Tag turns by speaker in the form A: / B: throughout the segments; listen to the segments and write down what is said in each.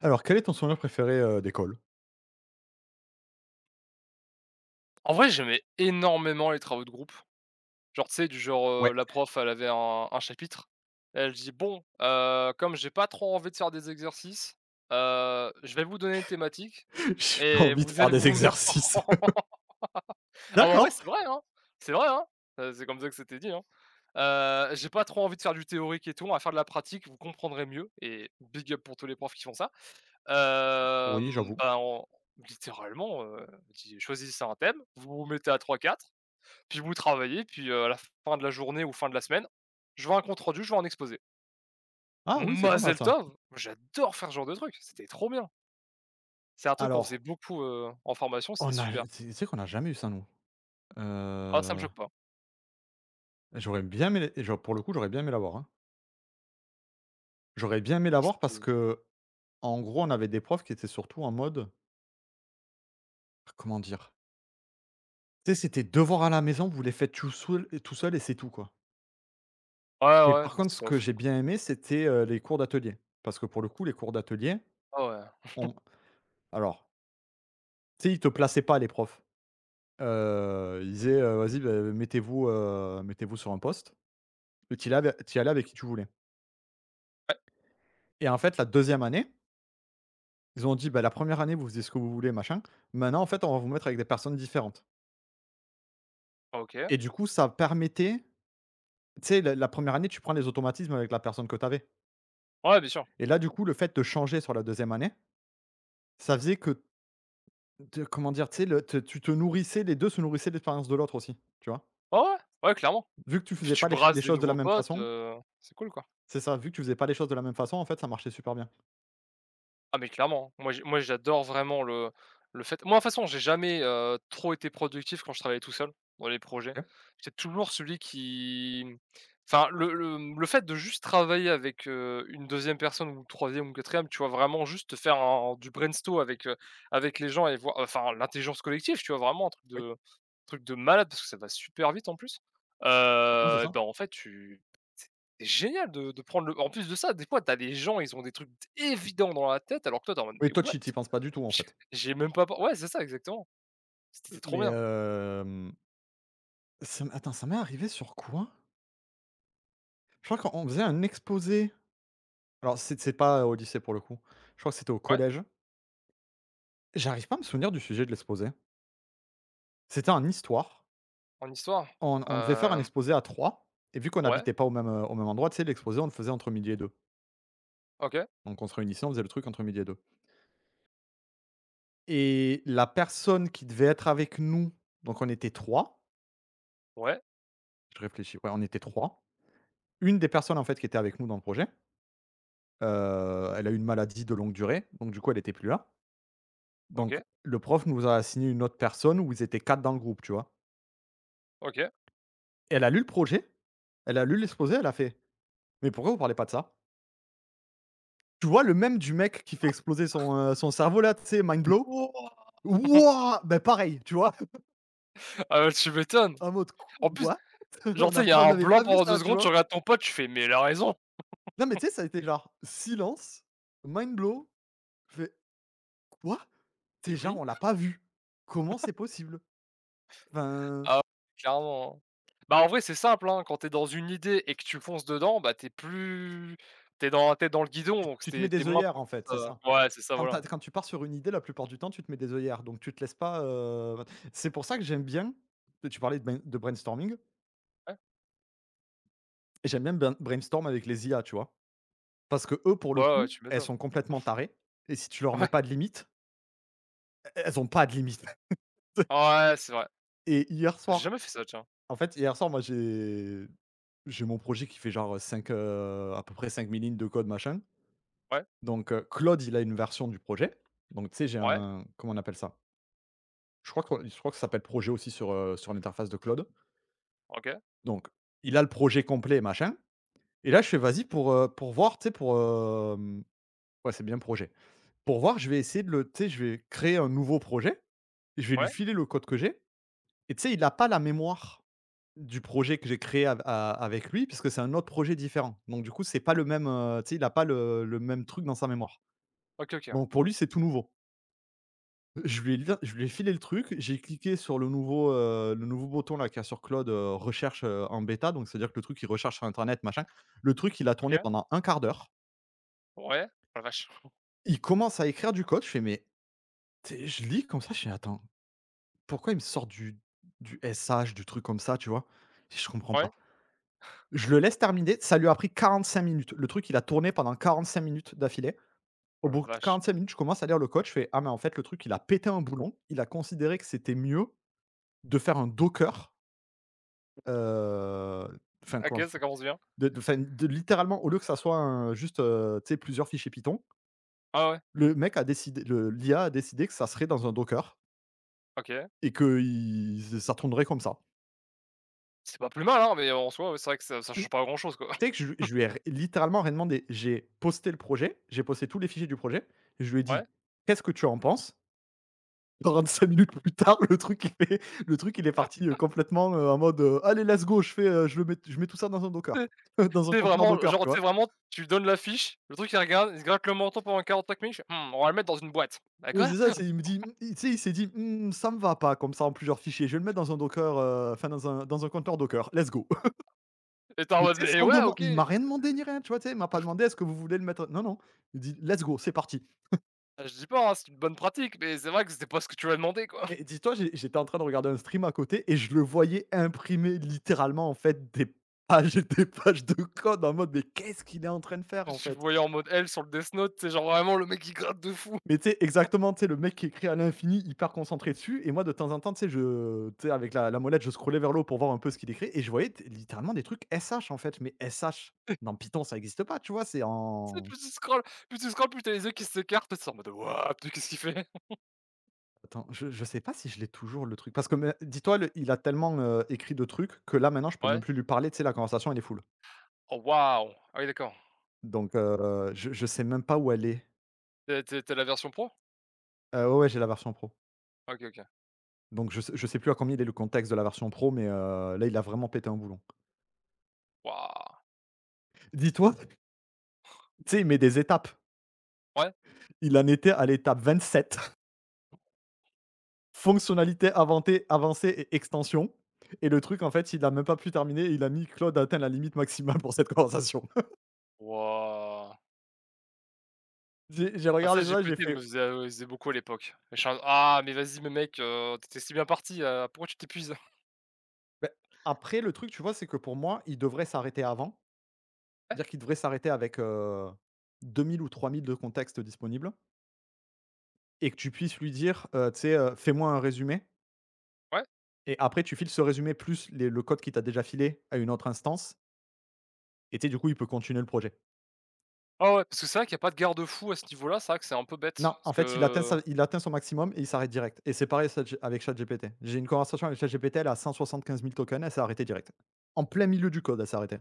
A: Alors, quel est ton souvenir préféré, d'école?
B: En vrai, j'aimais énormément les travaux de groupe. Genre, tu sais, du genre,
A: Ouais.
B: la prof, elle avait un chapitre. Elle dit: «Bon, comme j'ai pas trop envie de faire des exercices, je vais vous donner une thématique
A: J'ai pas
B: et
A: envie de
B: vous
A: faire
B: allez vous
A: des
B: mettre.
A: exercices.
B: Ah ah, en vrai,
A: D'accord.
B: c'est vrai, hein! C'est vrai, hein! C'est comme ça que c'était dit, hein. «J'ai pas trop envie de faire du théorique et tout, on va faire de la pratique, vous comprendrez mieux» et big up pour tous les profs qui font ça.
A: Oui,
B: Hem,
A: j'avoue.
B: bah, on littéralement, dit: «Choisissez un thème, vous vous mettez à trois quatre. Puis vous travaillez, puis, à la fin de la journée ou fin de la semaine, je vois un compte rendu, je vois un exposé.
A: Ah oui, c'est pas mal
B: Mazel
A: ça.
B: tov! J'adore faire ce genre de truc, c'était trop bien. C'est un truc qu'on faisait
A: Alors,
B: beaucoup, en formation, c'était
A: on
B: super.
A: a tu sais qu'on n'a jamais eu ça nous.
B: Ah, ça me
A: Heu,
B: choque pas.
A: j'aurais bien aimé les genre pour le coup, j'aurais bien aimé l'avoir, hein. J'aurais bien aimé
B: Ah,
A: l'avoir parce
B: c'était
A: que, en gros, on avait des profs qui étaient surtout en mode, comment dire? Tu sais, c'était devoir à la maison, vous les faites tout seul et c'est tout, quoi.
B: ouais,
A: Mais
B: ouais,
A: par
B: bah,
A: contre,
B: c'était
A: ce
B: pas
A: que
B: fou,
A: j'ai
B: quoi.
A: bien aimé, c'était, les cours d'atelier. Parce que pour le coup, les cours d'atelier,
B: Ah ouais.
A: on alors, tu sais, ils te plaçaient pas les profs. Il disait, «Vas-y, beh, mettez-vous sur un poste». Et tu allais avec qui tu voulais.
B: Ouais,
A: Et en fait, la deuxième année, ils ont dit: «Bah, la première année, vous faisiez ce que vous voulez, machin. Maintenant, en fait, on va vous mettre avec des personnes différentes».
B: ah, OK.
A: Et du coup, ça permettait, tu sais, la 1re année, tu prends les automatismes avec la personne que tu avais.
B: Ouais, bien sûr.
A: Et là, du coup, le fait de changer sur la deuxième année, ça faisait que te comment dire? Tu sais, le te tu te nourrissais, les 2 se nourrissaient de l'expérience de l'autre aussi, tu vois?
B: Ouais, ouais, ouais, clairement.
A: Vu que tu
B: Et puis
A: faisais
B: tu
A: pas
B: brasses
A: les
B: des
A: choses de la
B: nouveaux
A: même
B: potes,
A: façon,
B: c'est cool, quoi.
A: c'est ça, vu que tu faisais pas les choses de la même façon, en fait, ça marchait super bien.
B: Ah mais clairement, moi j'adore vraiment le fait, moi de toute façon j'ai jamais, trop été productif quand je travaillais tout seul, dans les projets.
A: OK.
B: J'étais toujours celui qui, enfin le le fait de juste travailler avec, une deuxième personne ou 3e ou 4e, tu vois? Vraiment juste faire un du brainstorm avec les gens et voir enfin l'intelligence collective, tu vois? Vraiment un truc
A: Oui.
B: de truc de malade parce que ça va super vite en plus.
A: Non, c'est ça.
B: Ben en fait tu c'est génial de prendre le en plus de ça, des fois, t'as des gens, ils ont des trucs évidents dans la tête, alors que toi, tu es en mode:
A: Oui,
B: «Mais
A: toi,
B: what?
A: tu t'y penses pas du tout, en fait.
B: J'ai même pas pen» ouais, c'est ça, exactement. C'était trop
A: Mais,
B: bien.
A: hem, ça m attends, ça m'est arrivé sur quoi? Je crois qu'on faisait un exposé. Alors c'est pas au lycée, pour le coup. Je crois que c'était au
B: Ouais,
A: collège. J'arrive pas à me souvenir du sujet de l'exposé. C'était en histoire.
B: en histoire?
A: On devait faire un
B: Hem,
A: exposé à 3. Et vu qu'on
B: ouais,
A: n'habitait pas au même endroit, tu sais, l'exposé, on le faisait entre midi et deux.
B: OK,
A: Donc on se réunissait, on faisait le truc entre midi et deux. Et la personne qui devait être avec nous, donc on était 3.
B: ouais,
A: Je réfléchis, ouais, on était 3. Une des personnes, en fait, qui était avec nous dans le projet, elle a eu une maladie de longue durée, donc du coup, elle était plus là. Donc
B: OK,
A: le prof nous a assigné une autre personne où ils étaient 4 dans le groupe, tu vois?
B: OK.
A: Elle a lu le projet, elle a lu l'exposé, elle a fait: «Mais pourquoi vous parlez pas de ça?» Tu vois le même du mec qui fait exploser son cerveau là, tu sais, mind blow?
B: Wouah!
A: Wouah! Ben pareil, tu vois?
B: Ah bah, tu m'étonnes.
A: En mode: «Qu
B: En plus,
A: What?»
B: genre, tu sais, il y a
A: On
B: un
A: n'avait
B: blanc
A: pas vu
B: pendant 2
A: ça, tu
B: secondes, tu
A: vois?
B: regardes ton pote, tu fais: «Mais il a raison!»
A: Non, mais tu sais, ça a été genre silence, mind blow, fait: «Quoi?»
B: Et
A: Tu Genre,
B: oui!»
A: on l'a pas vu. Comment c'est possible? Enfin,
B: Ah ouais, clairement, hein. Bah, en vrai, c'est simple, hein, quand t'es dans une idée et que tu fonces dedans, bah, t'es dans le guidon,
A: tu
B: donc
A: tu te
B: t'es
A: mets
B: t'es
A: des
B: moins
A: œillères en
B: propice
A: fait, c'est
B: à
A: ça.
B: ouais, c'est ça, voilà.
A: Quand tu pars sur une idée, la plupart du temps, tu te mets des œillères, donc tu te laisses pas, c'est pour ça que j'aime bien, tu parlais de bain de brainstorming.
B: Ouais.
A: Et j'aime bien bain brainstorm avec les IA, tu vois? Parce que eux, pour
B: Ouais,
A: le
B: ouais,
A: coup,
B: tu
A: elles
B: m'étonnes.
A: sont complètement tarées et si tu leur mets
B: Ouais,
A: pas de limite, e elles ont pas de limite.
B: ouais, c'est vrai.
A: Et hier
B: J'ai
A: soir,
B: jamais fait ça, tiens.
A: en fait, hier soir, moi, j'ai mon projet qui fait genre 5 à peu près 5 000 lignes de code, machin.
B: Ouais,
A: Donc Claude, il a une version du projet, donc tu sais, j'ai
B: ouais,
A: un comment on appelle ça? Je crois que ça s'appelle projet aussi sur, sur l'interface de Claude.
B: OK,
A: Donc, il a le projet complet, machin. Et là, je fais: «Vas-y pour voir, tu sais, pour, hem» ouais, c'est bien projet. Pour voir, je vais essayer de le tu sais, je vais créer un nouveau projet. Je vais lui
B: ouais,
A: filer le code que j'ai et tu sais, il a pas la mémoire du projet que j'ai créé av a avec lui puisque c'est un autre projet différent. Donc du coup, c'est pas le même, tu sais, il a pas le même truc dans sa mémoire.
B: OK, OK, ouais,
A: Donc pour lui, c'est tout nouveau. Je lui ai filé le truc, j'ai cliqué sur le nouveau bouton là qu'il y a sur Claude, recherche, en bêta, donc c'est-à-dire que le truc, il recherche sur internet machin. Le truc, il a tourné
B: OK,
A: pendant un quart d'heure.
B: ouais, oh la vache,
A: Il commence à écrire du code, je fais: «Mais» tu je lis comme ça, je fais: «Attends, pourquoi il me sort du SH, du truc comme ça?» tu vois? Je comprends pas.
B: ouais,
A: Je le laisse terminer, ça lui a pris 45 minutes. Le truc, il a tourné pendant 45 minutes d'affilée. Au
B: oh la
A: bout de
B: vache.
A: 45 minutes, je commence à lire le code, je fais: «Ah mais en fait le truc, il a pété un boulon, il a considéré que c'était mieux de faire un Docker». Heu, enfin,
B: OK,
A: comment s
B: ça commence bien.
A: de enfin, de littéralement, au lieu que ça soit un juste, tu sais, plusieurs fichiers Python,
B: Ah ouais,
A: le l'IA a décidé que ça serait dans un Docker
B: OK.
A: et que ç ça tournerait comme ça.
B: C'est pas plus mal, hein, mais en soi, ouais, c'est vrai que ça
A: Mmh.
B: change
A: Tu
B: pas grand-chose, quoi.
A: sais que je lui ai r littéralement rien demandé. J'ai posté le projet, j'ai posté tous les fichiers du projet et je lui ai dit:
B: Ouais.
A: «Qu'est-ce que tu en penses?» 5 minutes plus tard, le truc il est parti, complètement, en mode, «Allez let's go, je fais, je mets tout ça dans un Docker,
B: Tu
A: dans un
B: sais
A: conteneur
B: vraiment,
A: Docker»,
B: genre,
A: tu
B: tu
A: vois?
B: vraiment, tu lui donnes la fiche, le truc il regarde, il se gratte le menton pendant 45 minutes, il fait: «Mmh, on va le mettre dans une boîte». Bah
A: Ouais,
B: quoi?
A: c'est ça, c'est il me dit, mmh, il tu sais, il s'est dit: «Mmh, ça me va pas comme ça en plusieurs fichiers, je vais le mettre dans un Docker, enfin dans un conteneur Docker, let's go».
B: Et tu en
A: Mais
B: mode:
A: tu sais,
B: «Mais
A: sans
B: ouais,
A: deman
B: OK».
A: il m'a rien demandé ni rien, tu vois? Tu sais, il m'a pas demandé: «Est-ce que vous voulez le mettre?» Non, non. Il dit: «Let's go, c'est parti».
B: Ah, je dis pas, hein, c'est une bonne pratique, mais c'est vrai que c'était pas ce que tu lui as demandé, quoi.
A: Et dis-toi, j'étais en train de regarder un stream à côté et je le voyais imprimer littéralement, en fait, des pages et des pages de code en mode: «Mais qu'est-ce qu'il est en train de faire, en
B: Tu le
A: fait?»
B: voyais en mode L sur le Death Note, tu genre vraiment le mec qui gratte de fou.
A: Mais tu sais, exactement, tu sais, le mec qui écrit à l'infini, hyper concentré dessus. Et moi, de temps en temps, tu sais, tu sais, avec la molette, je scrollais vers le haut pour voir un peu ce qu'il écrit. Et je voyais littéralement des trucs SH, en fait. Mais SH, dans Python, ça n'existe pas, tu vois. C'est
B: Tu sais,
A: en.
B: plus tu scrolles, plus tu as les yeux qui s'écartent, tu es en mode: «Waouh, putain, qu'est-ce qu'il fait?»
A: Attends, je sais pas si je l'ai toujours, le truc. Parce que, mais, dis-toi, il a tellement écrit de trucs que là, maintenant, je peux même
B: Ouais.
A: plus lui parler. Tu sais, la conversation, elle est full.
B: Oh waouh! Ah oui, d'accord.
A: Donc, je sais même pas où elle est.
B: Tu la version pro?
A: Ouais, ouais, j'ai la version pro.
B: OK, OK.
A: Donc, je sais plus à combien il est le contexte de la version pro, mais là, il a vraiment pété un boulon.
B: Waouh!
A: Dis-toi, tu sais, il met des étapes.
B: Ouais?
A: Il en était à l'étape 27. Fonctionnalité avancée et extension. Et le truc, en fait, il a même pas pu terminer. Et Il a mis Claude a atteint la limite maximale pour cette conversation.
B: Waouh!
A: J'ai
B: Ah ça,
A: regardé ça, j'ai
B: GPT, il me
A: fait,
B: faisait beaucoup à l'époque. Et je suis en mode: «Ah mais vas-y, mais mec, tu si bien parti, pourquoi tu t'épuises?»
A: beh, après, le truc, tu vois, c'est que pour moi, il devrait s'arrêter avant.
B: Ouais,
A: C'est-à-dire qu'il devrait s'arrêter avec 2 000 ou 3 000 de contexte disponible et que tu puisses lui dire, tu sais, «Fais-moi un résumé»,
B: ouais.
A: et après tu files ce résumé plus les le code qui t'a déjà filé à une autre instance, et tu sais, du coup, il peut continuer le projet.
B: Ah ouais, parce que c'est vrai qu'il y a pas de garde-fou à ce niveau-là, c'est vrai que c'est un peu bête
A: Non,
B: parce
A: en fait,
B: que
A: il atteint son maximum et il s'arrête direct, et c'est pareil Chat avec ChatGPT. J'ai une conversation avec ChatGPT, elle a 175 000 tokens, elle s'est arrêtée direct. En plein milieu du code, elle s'est arrêtée.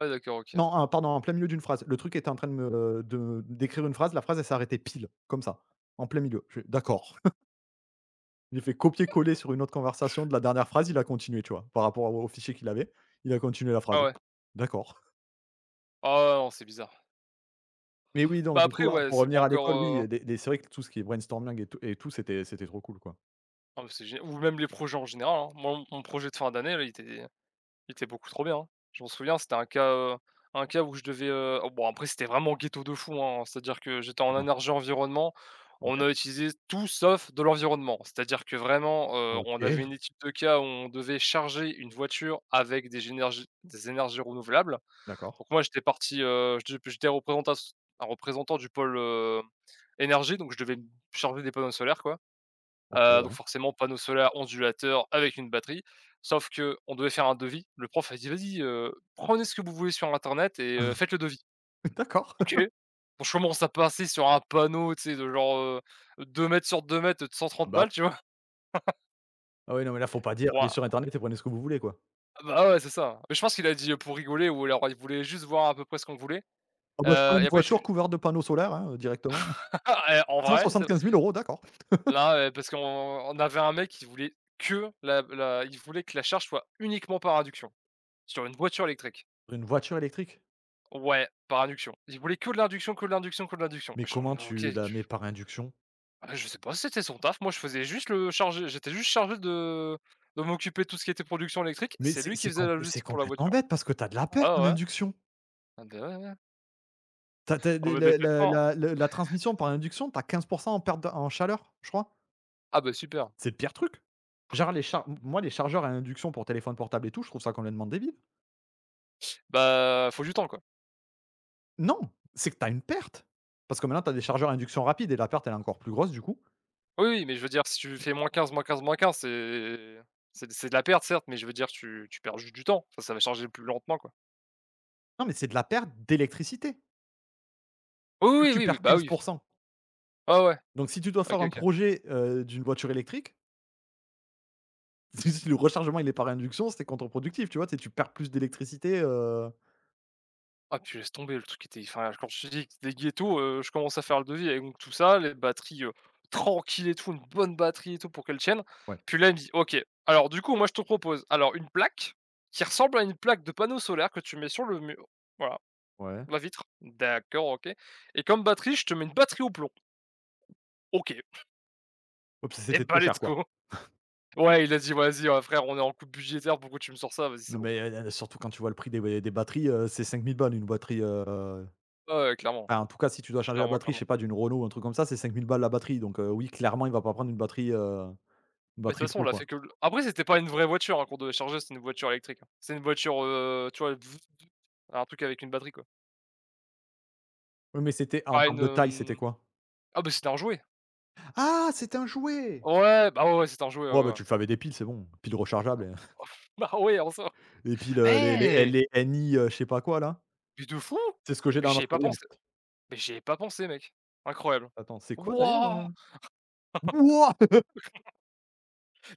B: ouais, d'accord, OK.
A: Non, ah pardon, en plein milieu d'une phrase. Le truc était en train de me de d'écrire une phrase, la phrase, elle s'est arrêtée pile, comme ça, en plein milieu. Je fais: «D'accord». J'ai fait copier-coller sur une autre conversation de la dernière phrase, il a continué, tu vois? Par rapport au fichier qu'il avait, il a continué la
B: Ah
A: phrase.
B: ouais.
A: D'accord.
B: Ah ouais, non, c'est bizarre.
A: Mais oui,
B: Bah,
A: donc du coup,
B: après,
A: voilà,
B: ouais,
A: pour
B: c'est pas
A: revenir à
B: encore,
A: l'école, oui, des c'est vrai que tout ce qui est brainstorming et tout, c'était trop cool, quoi.
B: ah mais c'est gé ou même les projets en général, hein. Moi, mon projet de fin d'année, là, il était beaucoup trop bien, hein. Je m'en souviens, c'était un cas où je devais, oh bon après c'était vraiment ghetto de fou, hein. C'est-à-dire que j'étais
A: C'était
B: en
A: bien.
B: énergie environnement, on
A: OK.
B: a utilisé tout sauf de l'environnement. C'est-à-dire que vraiment, on avait
A: OK.
B: une étude de cas où on devait charger une voiture avec des énergies renouvelables.
A: D'accord.
B: Donc moi j'étais parti, je j'étais représentas un représentant du pôle, énergie, donc je devais me charger des panneaux solaires, quoi.
A: OK,
B: Donc
A: ouais.
B: forcément, panneau solaire, ondulateur avec une batterie. Sauf que on devait faire un devis. Le prof a dit: «Vas-y, prenez ce que vous voulez sur internet et faites le devis».
A: D'accord.
B: OK. Donc je commence à passer sur un panneau, tu sais, de genre, 2 m sur 2 mètres de cent
A: Ah
B: trente
A: bah
B: balles,
A: ouais.
B: tu vois?
A: Ah ouais, non, mais là, faut pas dire:
B: Pour
A: «Allez
B: un
A: sur internet et prenez ce que vous voulez», quoi.
B: bah, ouais, c'est ça. Mais je pense qu'il a dit, pour rigoler ou alors il voulait juste voir à peu près ce qu'on voulait.
A: Ah bah, je prends une
B: Et après je
A: voiture couverte de panneaux solaires, hein, directement.
B: eh, en vrai, c'est
A: Quinze mille euros, d'accord.
B: là, parce qu'on avait un mec qui voulait que la la il voulait que la charge soit uniquement par induction sur une voiture électrique.
A: Une voiture électrique?
B: Ouais, par induction. Il voulait que de l'induction, que de l'induction, que de l'induction.
A: Mais
B: Mais je suis en
A: comment
B: mode: «OK,
A: tu la
B: tu
A: mets par induction?
B: ah, je sais pas, c'était son taf. Moi, je faisais juste le chargé j'étais juste chargé de m'occuper de tout ce qui était production électrique.
A: Mais
B: C'est
A: c'est
B: lui qui
A: c'est
B: faisait la
A: compl c'est
B: logistique pour la
A: complètement
B: voiture».
A: bête parce que tu as de la perte
B: Ah
A: en
B: ouais,
A: induction.
B: ah bah, ouais, ouais.
A: T'as as tu as
B: Ah bah, t'inquiète
A: la
B: pas, hein.
A: la la la transmission par induction, tu as 15 en perte de en chaleur, je crois.
B: Ah bah, super.
A: C'est le pire truc. Genre les char moi, les chargeurs à induction pour téléphone portable et tout, je trouve ça complètement débile.
B: Bah, faut du temps, quoi.
A: Non, c'est que tu as une perte. Parce que maintenant, tu as des chargeurs à induction rapide et la perte, elle est encore plus grosse du coup.
B: Oui, oui, mais je veux dire, si tu fais moins quinze, moins quinze, moins quinze, c'est c'est de la perte, certes, mais je veux dire, tu perds juste du temps. Enfin, ça va charger plus lentement, quoi.
A: Non, mais c'est de la perte d'électricité,
B: Oui,
A: vu que
B: oui,
A: tu
B: oui, oui,
A: perds
B: bah,
A: quinze
B: oui.
A: pour cent.
B: Ah ouais.
A: Donc si tu dois
B: OK,
A: faire un
B: OK.
A: projet, d'une voiture électrique, si le rechargement, il est par induction, c'est contre-productif, tu vois? Tu sais, tu perds plus d'électricité,
B: Ah puis laisse tomber, le truc était enfin quand je te dis que c'était ghetto, je commence à faire le devis avec donc tout ça, les batteries, tranquilles et tout, une bonne batterie et tout pour qu'elle tienne.
A: Ouais,
B: Puis là, il me dit: «OK, alors du coup, moi je te propose alors une plaque qui ressemble à une plaque de panneau solaire que tu mets sur le mur, voilà,
A: ouais.
B: la vitre». «D'accord, OK, et comme batterie, je te mets une batterie au plomb». «OK,
A: Ouais, puis
B: et
A: c'était
B: bah,
A: trop
B: let's
A: cher, quoi.
B: go». Ouais, il a dit: «Vas-y, frère, on est en coupe budgétaire, pourquoi tu me sors ça? Vas-y, c'est
A: Non,
B: bon».
A: mais, surtout quand tu vois le prix des ouais, des batteries, c'est 5 000 balles une batterie,
B: Ouais, ouais, clairement,
A: enfin, en tout cas, si tu dois changer la
B: clairement,
A: batterie, je
B: clairement.
A: sais pas, d'une Renault ou un truc comme ça, c'est 5 000 balles la batterie. Donc, oui, clairement, il va pas prendre une
B: Mais de toute
A: batterie
B: façon, on
A: pro,
B: l'a fait
A: quoi.
B: que le après c'était pas une vraie voiture, hein, qu'on devait charger, c'était une voiture électrique, hein. C'est une voiture, tu vois? Vf, vf, un truc avec une batterie, quoi.
A: Oui, mais c'était en
B: Pas
A: termes
B: une,
A: de taille, c'était
B: hem
A: quoi?
B: ah bah, c'était un jouet.
A: Ah! C'est un jouet!
B: Ouais, bah, ouais, ouais, c'était un jouet, ouais,
A: Ouais, bah,
B: ouais.
A: tu le fais avec des piles, c'est bon. Piles rechargeables, et
B: Bah, ouais, en soi.
A: les piles, les les L
B: Eh!
A: les NI, je sais pas quoi là.
B: Mais de fou!
A: C'est ce que j'ai
B: Mais
A: dans ma
B: j'y ai pas
A: souris, en
B: pensé,
A: fait.
B: mais j'y ai pas pensé, mec. Incroyable.
A: Attends, c'est quoi d'ailleurs,
B: Wouah!
A: Wouah!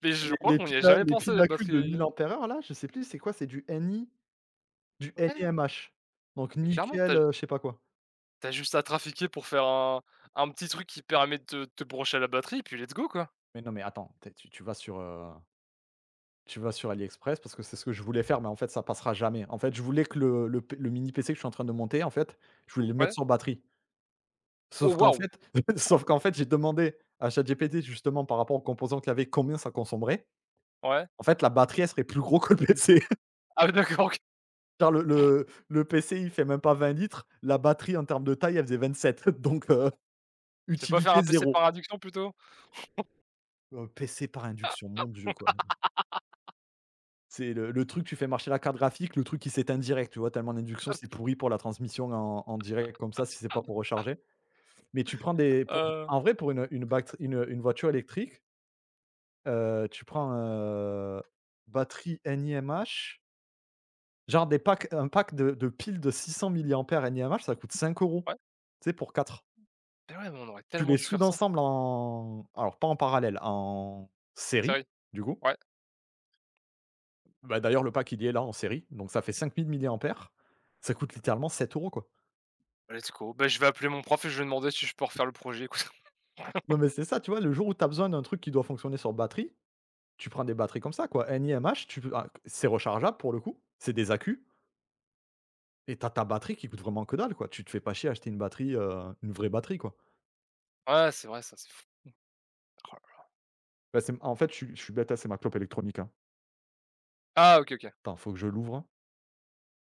B: Mais
A: C'est
B: je
A: les
B: crois
A: les
B: qu'on n'y a
A: piles à
B: jamais
A: les
B: pensé,
A: piles
B: la
A: AQ de
B: batterie.
A: 1 000 ampères-heure là, je sais plus c'est quoi, c'est du NI du
B: Ouais,
A: NiMH. Donc
B: mais clairement, t'as
A: nickel,
B: t'as
A: je sais pas quoi.
B: juste à trafiquer pour faire un petit truc qui permet de te brancher à la batterie, puis let's go, quoi.
A: Mais non, mais attends, tu vas sur AliExpress parce que c'est ce que je voulais faire, mais en fait, ça passera jamais. En fait, je voulais que le mini PC que je suis en train de monter, en fait, je voulais le mettre
B: Ouais.
A: sur batterie.
B: Oh
A: Sauf qu'en
B: waouh!
A: fait sauf
B: Oh,
A: qu'en fait, j'ai demandé à ChatGPT justement par rapport aux composants qu'il y avait, combien ça consommerait.
B: ouais.
A: En fait, la batterie, elle serait plus gros que le PC.
B: Ah oui, d'accord, OK.
A: Genre le PC, il fait même pas 20 litres, la batterie en termes de taille, elle faisait 27. Donc
B: C'est pas faire
A: utilité
B: un PC par
A: 0.
B: addiction plutôt?
A: PC par induction, mon Dieu, quoi. C'est le truc, tu fais marcher la carte graphique, le truc qui s'éteint direct, tu vois? Tellement l'induction, c'est pourri pour la transmission en direct comme ça, si c'est pas pour recharger. Mais tu prends des pour
B: Heu,
A: en vrai, pour une voiture électrique, tu prends, batterie NiMH, genre des packs un pack de piles de 600 milliampères NiMH, ça coûte 5 €.
B: ouais.
A: Tu sais, pour quatre.
B: Mais ouais, mais on aurait
A: Tu
B: tellement
A: les
B: dû faire
A: soudes
B: ça.
A: ensemble en alors pas en parallèle, en série,
B: Sérieux.
A: du coup.
B: Ouais.
A: Bah, d'ailleurs le pack il y est là en série, donc ça fait 5 000 milliampères. Ça coûte littéralement 7 € quoi.
B: Let's go. Bah, je vais appeler mon prof et je vais demander si je peux refaire le projet, écoute.
A: Non, mais c'est ça, tu vois? Le jour où tu as besoin d'un truc qui doit fonctionner sur batterie, tu prends des batteries comme ça, quoi. NiMH, tu peux, ah, c'est rechargeable pour le coup, c'est des accus. Et tu ta batterie qui coûte vraiment que dalle, quoi. Tu te fais pas chier à acheter une batterie, une vraie batterie, quoi.
B: Ouais, c'est vrai ça, c'est fou. Oh là là.
A: Bah, c'est en fait, je suis bête, hein, c'est ma clope électronique, hein.
B: Ah OK, OK.
A: Attends, faut que je l'ouvre, hein.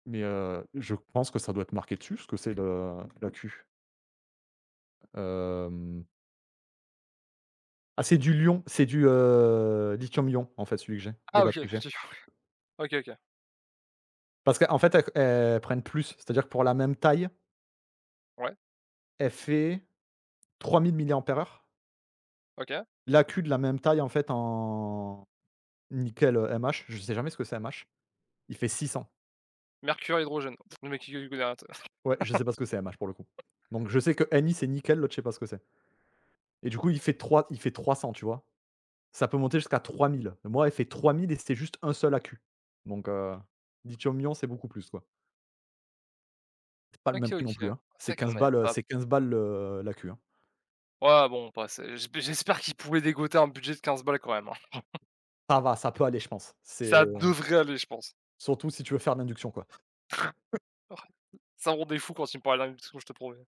A: Mais je pense que ça doit être marqué dessus, ce que c'est le l'AQ. Hem, ah, c'est du lion, c'est du, lithium-ion, en fait, celui que j'ai, les
B: Ah OK,
A: batteries que j'ai.
B: d'accord. OK, OK.
A: Parce qu'en fait, elles prennent plus, c'est-à-dire que pour la même taille,
B: Ouais,
A: elle fait 3 000 mAh.
B: OK.
A: L'AQ de la même taille, en fait, en nickel, MH, je sais jamais ce que c'est MH, il fait 600.
B: Mercure, hydrogène. Le mec qui
A: Ouais, je sais pas ce que c'est MH pour le coup. Donc je sais que NI c'est nickel, l'autre je sais pas ce que c'est. Et du coup il fait 300, tu vois? Ça peut monter jusqu'à 3 000. Moi, elle fait 3 000 et c'est juste un seul AQ. Donc, lithium-ion, c'est beaucoup plus quoi. C'est pas le même
B: OK,
A: prix non
B: OK. C'est
A: plus, hein.
B: vrai qu'on avait pas
A: C'est 15 balles le l'AQ, hein.
B: ouais, bon, on passe. J'espère qu'ils pouvaient dégoter un budget de 15 balles quand même, hein.
A: Ça va, ça peut aller je pense.
B: Ça
A: C'est
B: devrait aller, je pense.
A: surtout si tu veux faire de l'induction quoi.
B: Ça rendait fou quand il me parlait d'industrie, je te promets.